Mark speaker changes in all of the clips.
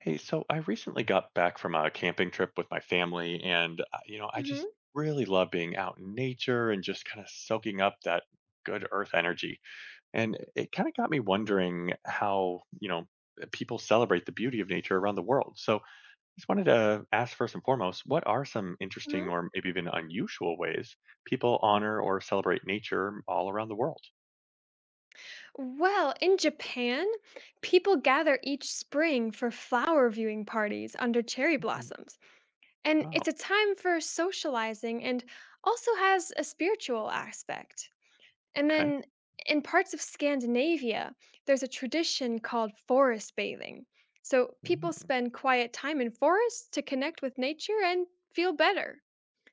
Speaker 1: Hey, so I recently got back from a camping trip with my family, and I
Speaker 2: Mhm,
Speaker 1: just really love being out in nature and just kind of soaking up that good earth energy. And it kind of got me wondering how, people celebrate the beauty of nature around the world. So I just wanted to ask first and foremost, what are some interesting
Speaker 2: mhm.
Speaker 1: or maybe even unusual ways people honor or celebrate nature all around the world?
Speaker 2: Well, in Japan, people gather each spring for flower viewing parties under cherry
Speaker 1: Mm.
Speaker 2: blossoms. And it's
Speaker 1: Oh,
Speaker 2: a time for socializing and also has a spiritual aspect. And
Speaker 1: okay.
Speaker 2: then in parts of Scandinavia, there's a tradition called forest bathing. So people
Speaker 1: Mm,
Speaker 2: spend quiet time in forests to connect with nature and feel better.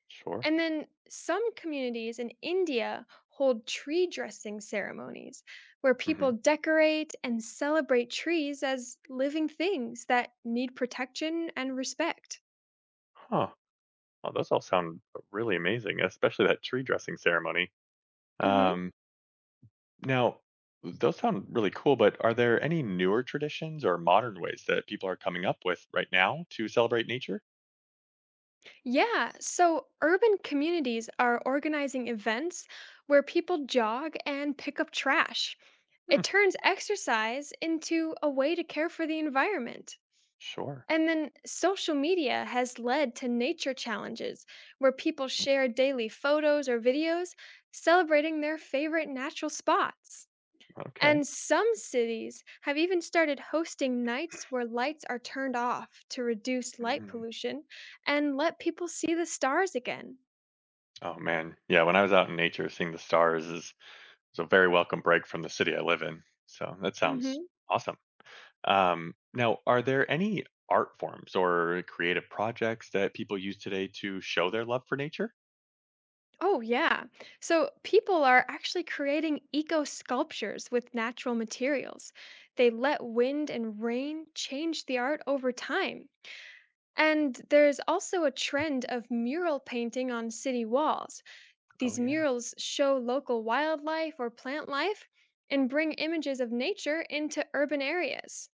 Speaker 1: sure.
Speaker 2: And then some communities in India hold tree dressing ceremonies where
Speaker 1: Hmm.
Speaker 2: people decorate and celebrate trees as living things that need protection and respect.
Speaker 1: Huh. Oh, those all sound really amazing, especially that tree dressing ceremony.
Speaker 2: Mhm.
Speaker 1: Um, now, those sound really cool, but are there any newer traditions or modern ways that people are coming up with right now to celebrate nature?
Speaker 2: Yeah, so urban communities are organizing events where people jog and pick up trash.
Speaker 1: Hmm,
Speaker 2: It turns exercise into a way to care for the environment.
Speaker 1: sure.
Speaker 2: And then social media has led to nature challenges where people share daily photos or videos celebrating their favorite natural spots.
Speaker 1: Okay.
Speaker 2: And some cities have even started hosting nights where lights are turned off to reduce light
Speaker 1: Mm.
Speaker 2: pollution and let people see the stars again.
Speaker 1: Oh, man. Yeah, when I was out in nature, seeing the stars is a very welcome break from the city I live in. So that sounds
Speaker 2: Hmm.
Speaker 1: awesome. Now, are there any art forms or creative projects that people use today to show their love for nature?
Speaker 2: Oh, yeah. So people are actually creating eco sculptures with natural materials. They let wind and rain change the art over time. And there's also a trend of mural painting on city walls.
Speaker 1: Oh,
Speaker 2: These
Speaker 1: yeah.
Speaker 2: murals show local wildlife or plant life and bring images of nature into urban areas.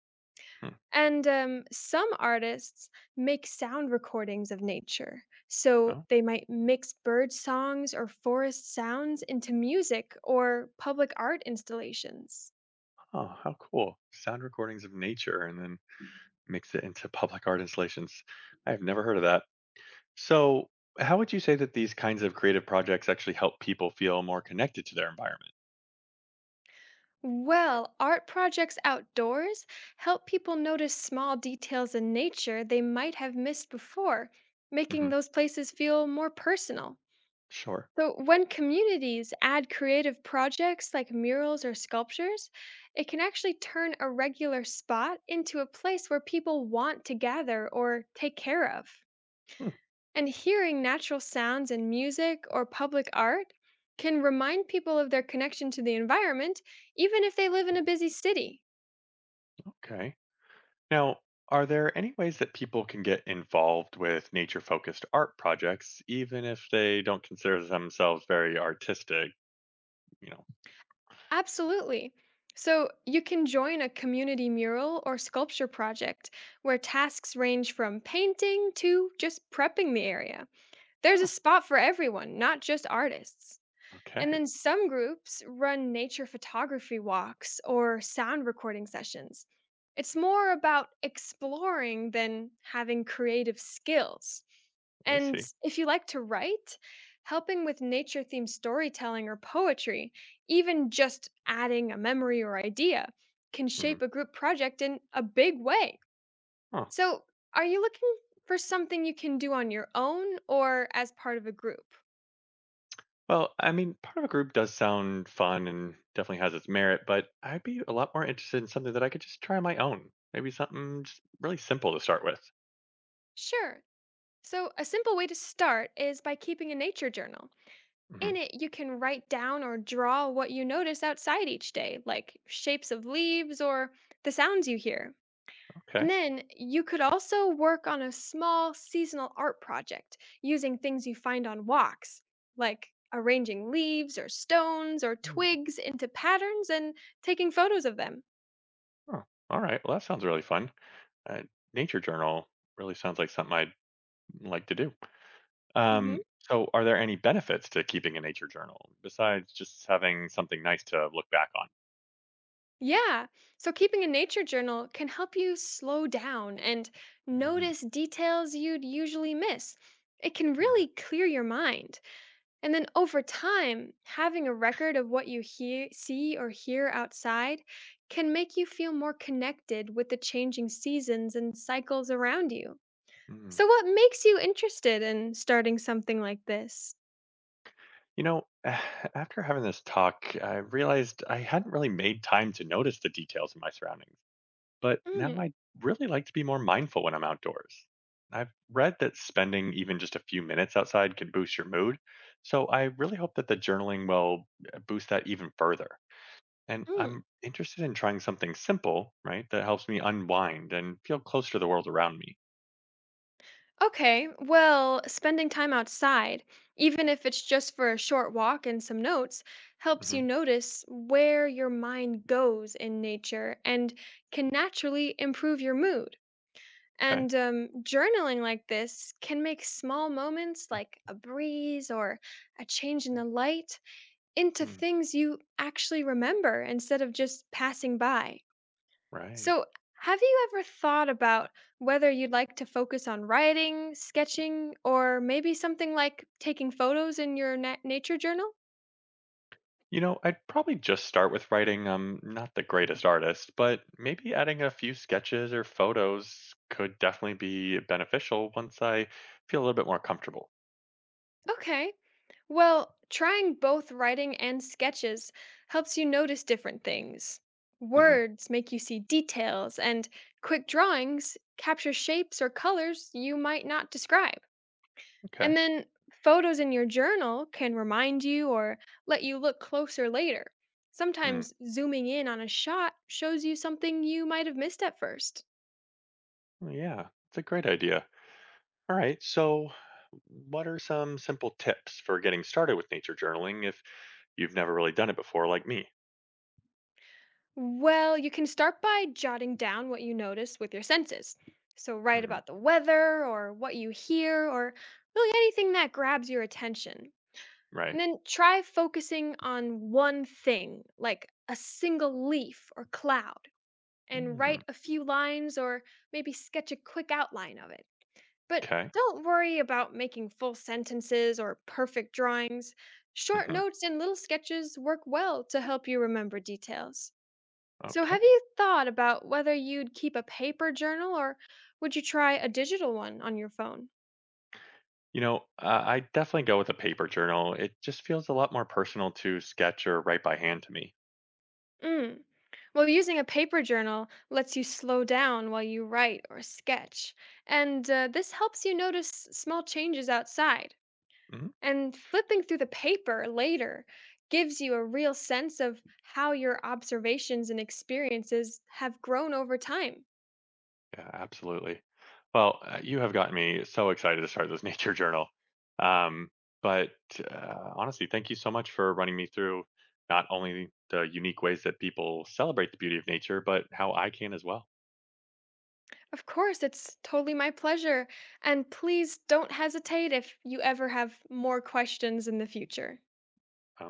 Speaker 1: Hmm.
Speaker 2: And some artists make sound recordings of nature. So
Speaker 1: Oh.
Speaker 2: they might mix bird songs or forest sounds into music or public art installations.
Speaker 1: Oh, how cool. Sound recordings of nature and then mix it into public art installations. I've never heard of that. So, how would you say that these kinds of creative projects actually help people feel more connected to their environment?
Speaker 2: Well, art projects outdoors help people notice small details in nature they might have missed before,
Speaker 1: Hmm.
Speaker 2: making those places feel more personal.
Speaker 1: Sure.
Speaker 2: So, when communities add creative projects like murals or sculptures, it can actually turn a regular spot into a place where people want to gather or take care of.
Speaker 1: Hmm,
Speaker 2: And hearing natural sounds and music or public art can remind people of their connection to the environment, even if they live in a busy city.
Speaker 1: okay. Now, are there any ways that people can get involved with nature focused art projects, even if they don't consider themselves very artistic? You know,
Speaker 2: Absolutely. So, you can join a community mural or sculpture project where tasks range from painting to just prepping the area. There's a
Speaker 1: oh,
Speaker 2: spot for everyone, not just artists. And
Speaker 1: okay.
Speaker 2: then some groups run nature photography walks or sound recording sessions. It's more about exploring than having creative skills.
Speaker 1: I
Speaker 2: And
Speaker 1: see.
Speaker 2: if you like to write, helping with nature themed storytelling or poetry, even just adding a memory or idea, can
Speaker 1: Hmm.
Speaker 2: shape a group project in a big way. So, are you looking for something you can do on your own or as part of a group?
Speaker 1: Well, I mean, part of a group does sound fun and definitely has its merit, but I'd be a lot more interested in something that I could just try on my own. Maybe something just really simple to start with.
Speaker 2: Sure. So, a simple way to start is by keeping a nature journal.
Speaker 1: Hmm.
Speaker 2: In it, you can write down or draw what you notice outside each day, like shapes of leaves or the sounds you hear. And
Speaker 1: Okay.
Speaker 2: then you could also work on a small seasonal art project using things you find on walks, like arranging leaves or stones or
Speaker 1: Mm.
Speaker 2: twigs into patterns and taking photos of them.
Speaker 1: Oh, all right. Well, that sounds really fun. Uh, nature journal really sounds like something I'd like to do. So, are there any benefits to keeping a nature journal besides just having something nice to look back on?
Speaker 2: Yeah. So keeping a nature journal can help you slow down and notice details you'd usually miss. It can really clear your mind. And then over time, having a record of what you hear, see or hear outside can make you feel more connected with the changing seasons and cycles around you.
Speaker 1: Mm, right.
Speaker 2: So what makes you interested in starting something like this?
Speaker 1: After having this talk, I realized I hadn't really made time to notice the details in my surroundings, but now
Speaker 2: Mm,
Speaker 1: I really like to be more mindful when I'm outdoors. I've read that spending even just a few minutes outside can boost your mood, so I really hope that the journaling will boost that even further. And
Speaker 2: mm.
Speaker 1: I'm interested in trying something simple, right, that helps me unwind and feel closer to the world around me.
Speaker 2: Okay, well, spending time outside, even if it's just for a short walk and some notes, helps
Speaker 1: Hmm.
Speaker 2: you notice where your mind goes in nature and can naturally improve your mood.
Speaker 1: Okay.
Speaker 2: And journaling like this can make small moments like a breeze or a change in the light into
Speaker 1: Hmm.
Speaker 2: things you actually remember instead of just passing by.
Speaker 1: Right.
Speaker 2: So, have you ever thought about whether you'd like to focus on writing, sketching, or maybe something like taking photos in your nature journal?
Speaker 1: I'd probably just start with writing. I'm not the greatest artist, but maybe adding a few sketches or photos could definitely be beneficial once I feel a little bit more comfortable.
Speaker 2: Okay. Well, trying both writing and sketches helps you notice different things.
Speaker 1: Hmm.
Speaker 2: Words make you see details, and quick drawings capture shapes or colors you might not describe.
Speaker 1: Okay.
Speaker 2: And then photos in your journal can remind you or let you look closer later.
Speaker 1: Mm.
Speaker 2: Sometimes zooming in on a shot shows you something you might have missed at first.
Speaker 1: Well, yeah, it's a great idea. All right. So, what are some simple tips for getting started with nature journaling if you've never really done it before, like me?
Speaker 2: Well, you can start by jotting down what you notice with your senses. So, write
Speaker 1: Hmm.
Speaker 2: about the weather or what you hear or really anything that grabs your attention. And
Speaker 1: Right.
Speaker 2: then try focusing on one thing, like a single leaf or cloud, and write
Speaker 1: Mm.
Speaker 2: a few lines or maybe sketch a quick outline of it. But
Speaker 1: Okay.
Speaker 2: don't worry about making full sentences or perfect drawings. Short
Speaker 1: Hmm.
Speaker 2: notes and little sketches work well to help you remember details. So, have
Speaker 1: Okay.
Speaker 2: you thought about whether you'd keep a paper journal or would you try a digital one on your phone?
Speaker 1: I definitely go with a paper journal. It just feels a lot more personal to sketch or write by hand to me.
Speaker 2: Mm. Well, using a paper journal lets you slow down while you write or sketch, and this helps you notice small changes outside.
Speaker 1: Hmm.
Speaker 2: And flipping through the paper later gives you a real sense of how your observations and experiences have grown over time.
Speaker 1: Yeah, absolutely. Well, you have gotten me so excited to start this nature journal. Um, but honestly, thank you so much for running me through not only the unique ways that people celebrate the beauty of nature, but how I can as well.
Speaker 2: Of course, it's totally my pleasure. And please don't hesitate if you ever have more questions in the future.
Speaker 1: Um,